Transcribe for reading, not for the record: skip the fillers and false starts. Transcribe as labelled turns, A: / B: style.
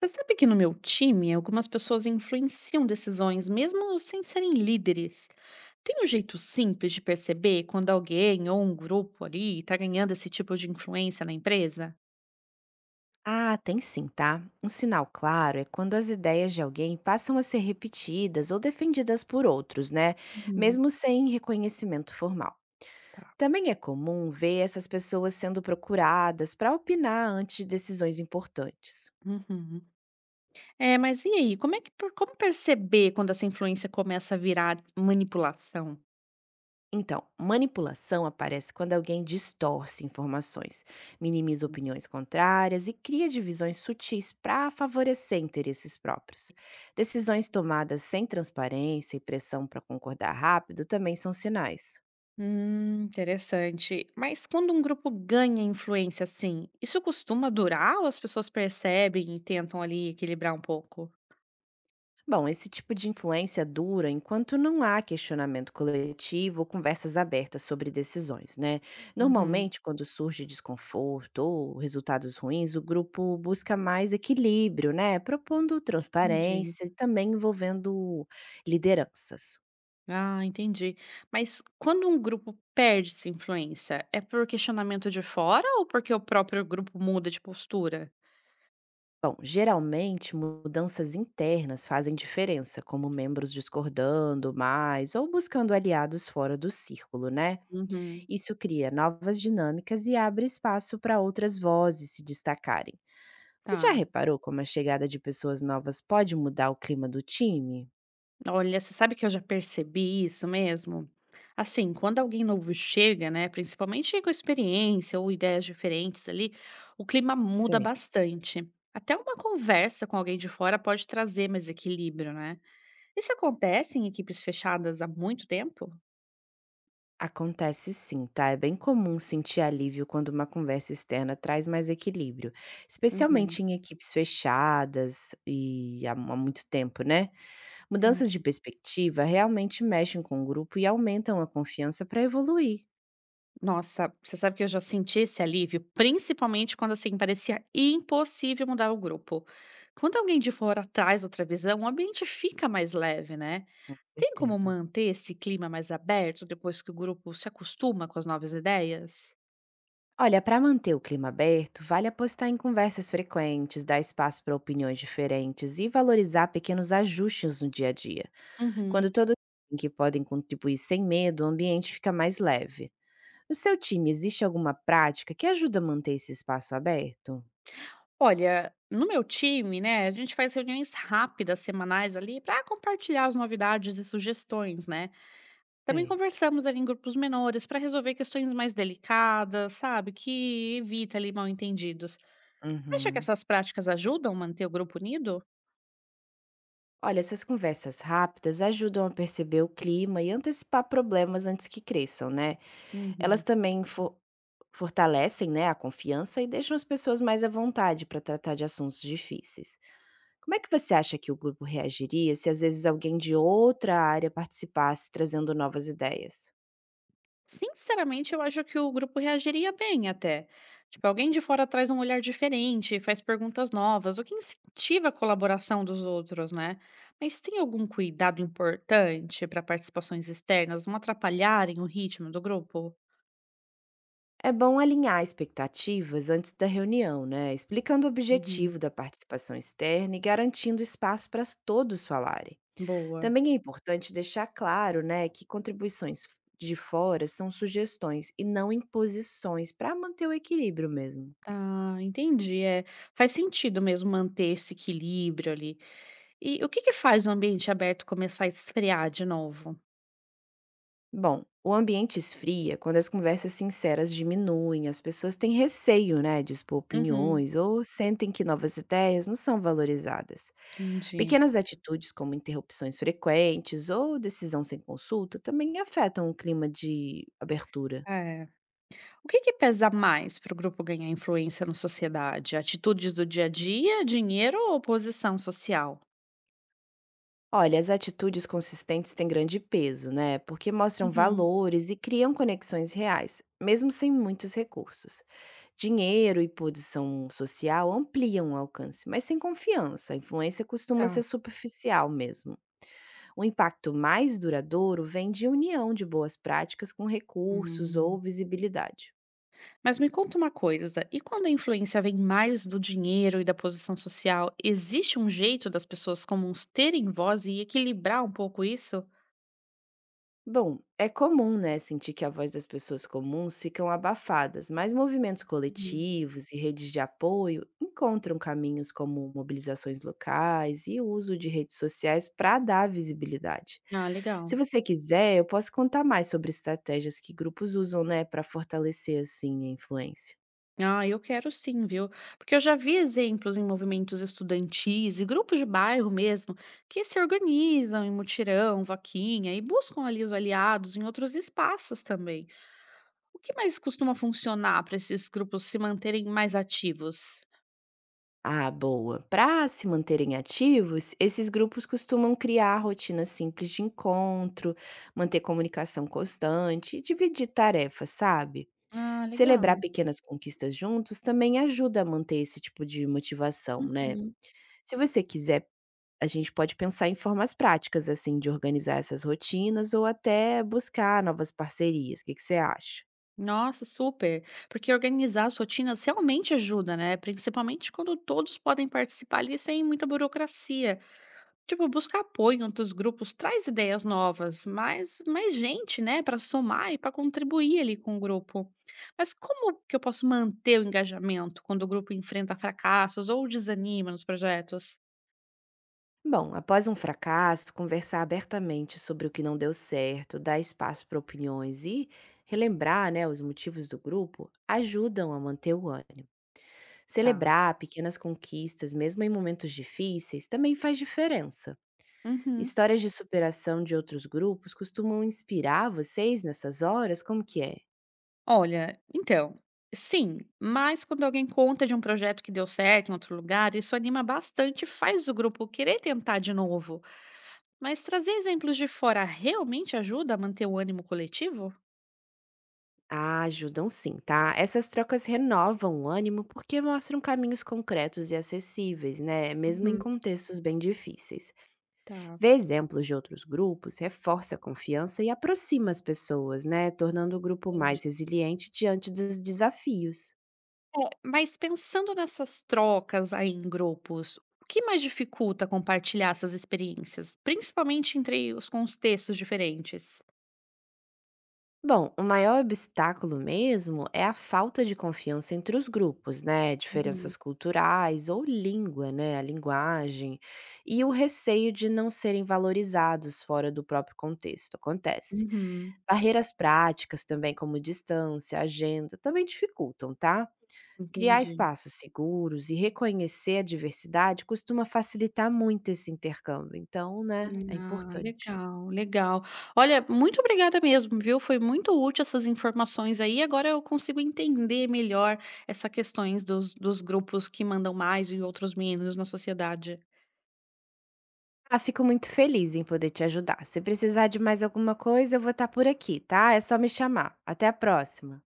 A: Você sabe que no meu time, algumas pessoas influenciam decisões, mesmo sem serem líderes. Tem um jeito simples de perceber quando alguém ou um grupo ali está ganhando esse tipo de influência na empresa?
B: Ah, tem sim, tá? Um sinal claro é quando as ideias de alguém passam a ser repetidas ou defendidas por outros, né?
A: Uhum,
B: Mesmo sem reconhecimento formal.
A: tá.
B: Também é comum ver essas pessoas sendo procuradas para opinar antes de decisões importantes.
A: Uhum. É, mas e aí? Como é que como perceber quando essa influência começa a virar manipulação?
B: Então, manipulação aparece quando alguém distorce informações, minimiza opiniões contrárias e cria divisões sutis para favorecer interesses próprios. Decisões tomadas sem transparência e pressão para concordar rápido também são sinais.
A: Interessante. Mas quando um grupo ganha influência assim, isso costuma durar ou as pessoas percebem e tentam ali equilibrar um pouco?
B: Bom, esse tipo de influência dura enquanto não há questionamento coletivo ou conversas abertas sobre decisões, né?
A: Uhum,
B: Normalmente, quando surge desconforto ou resultados ruins, o grupo busca mais equilíbrio, né? Propondo
A: entendi.
B: transparência e também envolvendo lideranças.
A: Ah, entendi. Mas quando um grupo perde essa influência, é por questionamento de fora ou porque o próprio grupo muda de postura?
B: Bom, geralmente mudanças internas fazem diferença, como membros discordando mais ou buscando aliados fora do círculo, né?
A: Uhum.
B: Isso cria novas dinâmicas e abre espaço para outras vozes se destacarem. Você já
A: Tá.
B: reparou como a chegada de pessoas novas pode mudar o clima do time?
A: Olha, você sabe que eu já percebi isso mesmo? Assim, quando alguém novo chega, né, principalmente com experiência ou ideias diferentes ali, o clima muda
B: Sei.
A: bastante. Até uma conversa com alguém de fora pode trazer mais equilíbrio, né? Isso acontece em equipes fechadas há muito tempo?
B: Acontece sim, tá? É bem comum sentir alívio quando uma conversa externa traz mais equilíbrio,
A: Uhum.
B: especialmente em equipes fechadas e há muito tempo, né? Mudanças
A: Entendi.
B: de perspectiva realmente mexem com o grupo e aumentam a confiança para evoluir.
A: Nossa, você sabe que eu já senti esse alívio, principalmente quando, assim, parecia impossível mudar o grupo. Quando alguém de fora traz outra visão, o ambiente fica mais leve, né?
B: Com
A: Tem como
B: certeza.
A: manter esse clima mais aberto depois que o grupo se acostuma com as novas ideias?
B: Olha, para manter o clima aberto, vale apostar em conversas frequentes, dar espaço para opiniões diferentes e valorizar pequenos ajustes no dia a dia.
A: Uhum.
B: Quando todos sabem que podem contribuir sem medo, o ambiente fica mais leve. No seu time, existe alguma prática que ajuda a manter esse espaço aberto?
A: Olha, no meu time, né, a gente faz reuniões rápidas, semanais ali, para compartilhar as novidades e sugestões, né? Também
B: Certo.
A: conversamos ali em grupos menores para resolver questões mais delicadas, sabe, que evita ali mal-entendidos. Acha que
B: Uhum.
A: essas práticas ajudam a manter o grupo unido?
B: Olha, essas conversas rápidas ajudam a perceber o clima e antecipar problemas antes que cresçam, né? Elas
A: Uhum.
B: também fortalecem, né, a confiança e deixam as pessoas mais à vontade para tratar de assuntos difíceis. Como é que você acha que o grupo reagiria se às vezes alguém de outra área participasse trazendo novas ideias?
A: Sinceramente, eu acho que o grupo reagiria bem até. Tipo, alguém de fora traz um olhar diferente, faz perguntas novas, o que incentiva a colaboração dos outros, né? Mas tem algum cuidado importante para participações externas não atrapalharem o ritmo do grupo?
B: É bom alinhar expectativas antes da reunião, né? Explicando o
A: Uhum.
B: objetivo da participação externa e garantindo espaço para todos falarem.
A: Boa.
B: Também é importante deixar claro, né, que contribuições de fora são sugestões e não imposições para manter o equilíbrio mesmo.
A: Tá, entendi. É, faz sentido mesmo manter esse equilíbrio ali. E o que que faz o ambiente aberto começar a esfriar de novo?
B: Bom, o ambiente esfria quando as conversas sinceras diminuem, as pessoas têm receio, né, de expor
A: Uhum,
B: opiniões ou sentem que novas ideias não são valorizadas.
A: entendi.
B: Pequenas atitudes como interrupções frequentes ou decisão sem consulta também afetam o clima de abertura.
A: É. O que que pesa mais para o grupo ganhar influência na sociedade? Atitudes do dia a dia, dinheiro ou posição social?
B: Olha, as atitudes consistentes têm grande peso, né? Porque mostram
A: Uhum,
B: valores e criam conexões reais, mesmo sem muitos recursos. Dinheiro e posição social ampliam o alcance, mas sem confiança, a influência costuma ser
A: tá.
B: superficial mesmo. O impacto mais duradouro vem de união de boas práticas com recursos ou
A: Hum.
B: visibilidade.
A: Mas me conta uma coisa, e quando a influência vem mais do dinheiro e da posição social, existe um jeito das pessoas comuns terem voz e equilibrar um pouco isso?
B: Bom, é comum, né, sentir que a voz das pessoas comuns ficam abafadas, mas movimentos coletivos e redes de apoio encontram caminhos como mobilizações locais e o uso de redes sociais para dar visibilidade.
A: Ah,
B: Se
A: legal.
B: você quiser, eu posso contar mais sobre estratégias que grupos usam, né, para fortalecer assim a influência.
A: Ah, eu quero sim, viu? Porque eu já vi exemplos em movimentos estudantis e grupos de bairro mesmo que se organizam em mutirão, vaquinha e buscam ali os aliados em outros espaços também. O que mais costuma funcionar para esses grupos se manterem mais ativos?
B: Ah, boa. Para se manterem ativos, esses grupos costumam criar rotinas simples de encontro, manter comunicação constante e dividir tarefas, sabe?
A: Ah,
B: Celebrar
A: legal.
B: pequenas conquistas juntos também ajuda a manter esse tipo de motivação, né?
A: Uhum.
B: Se você quiser, a gente pode pensar em formas práticas, assim, de organizar essas rotinas ou até buscar novas parcerias. O que que você acha?
A: Nossa, super. Porque organizar as rotinas realmente ajuda, né? Principalmente quando todos podem participar ali sem muita burocracia. Tipo, buscar apoio em outros grupos traz ideias novas, mas mais gente, né, para somar e para contribuir ali com o grupo. Mas como que eu posso manter o engajamento quando o grupo enfrenta fracassos ou desanima nos projetos?
B: Bom, após um fracasso, conversar abertamente sobre o que não deu certo, dar espaço para opiniões e relembrar, né, os motivos do grupo ajudam a manter o ânimo.
A: Tá.
B: Celebrar pequenas conquistas, mesmo em momentos difíceis, também faz diferença.
A: Uhum.
B: Histórias de superação de outros grupos costumam inspirar vocês nessas horas? Como que é?
A: Olha, então, sim, mas quando alguém conta de um projeto que deu certo em outro lugar, isso anima bastante, e faz o grupo querer tentar de novo. Mas trazer exemplos de fora realmente ajuda a manter o ânimo coletivo?
B: Ah, ajudam sim, tá? Essas trocas renovam o ânimo porque mostram caminhos concretos e acessíveis, né? Mesmo em
A: Uhum.
B: contextos bem difíceis.
A: Tá.
B: Ver exemplos de outros grupos reforça a confiança e aproxima as pessoas, né? Tornando o grupo
A: Entendi.
B: mais resiliente diante dos desafios.
A: É, mas pensando nessas trocas aí em grupos, o que mais dificulta compartilhar essas experiências, principalmente entre os contextos diferentes?
B: Bom, o maior obstáculo mesmo é a falta de confiança entre os grupos, né?
A: Uhum.
B: Diferenças culturais ou língua, né? A linguagem. E o receio de não serem valorizados fora do próprio contexto. Acontece.
A: Uhum,
B: Barreiras práticas também, como distância, agenda, também dificultam, tá? Criar
A: entendi.
B: espaços seguros e reconhecer a diversidade costuma facilitar muito esse intercâmbio, então, né, é
A: Ah,
B: importante.
A: legal, legal. Olha, muito obrigada mesmo, viu? Foi muito útil essas informações aí. Agora eu consigo entender melhor essas questões dos grupos que mandam mais e outros menos na sociedade.
B: Ah, fico muito feliz em poder te ajudar. Se precisar de mais alguma coisa, eu vou estar por aqui, tá? É só me chamar. Até a próxima.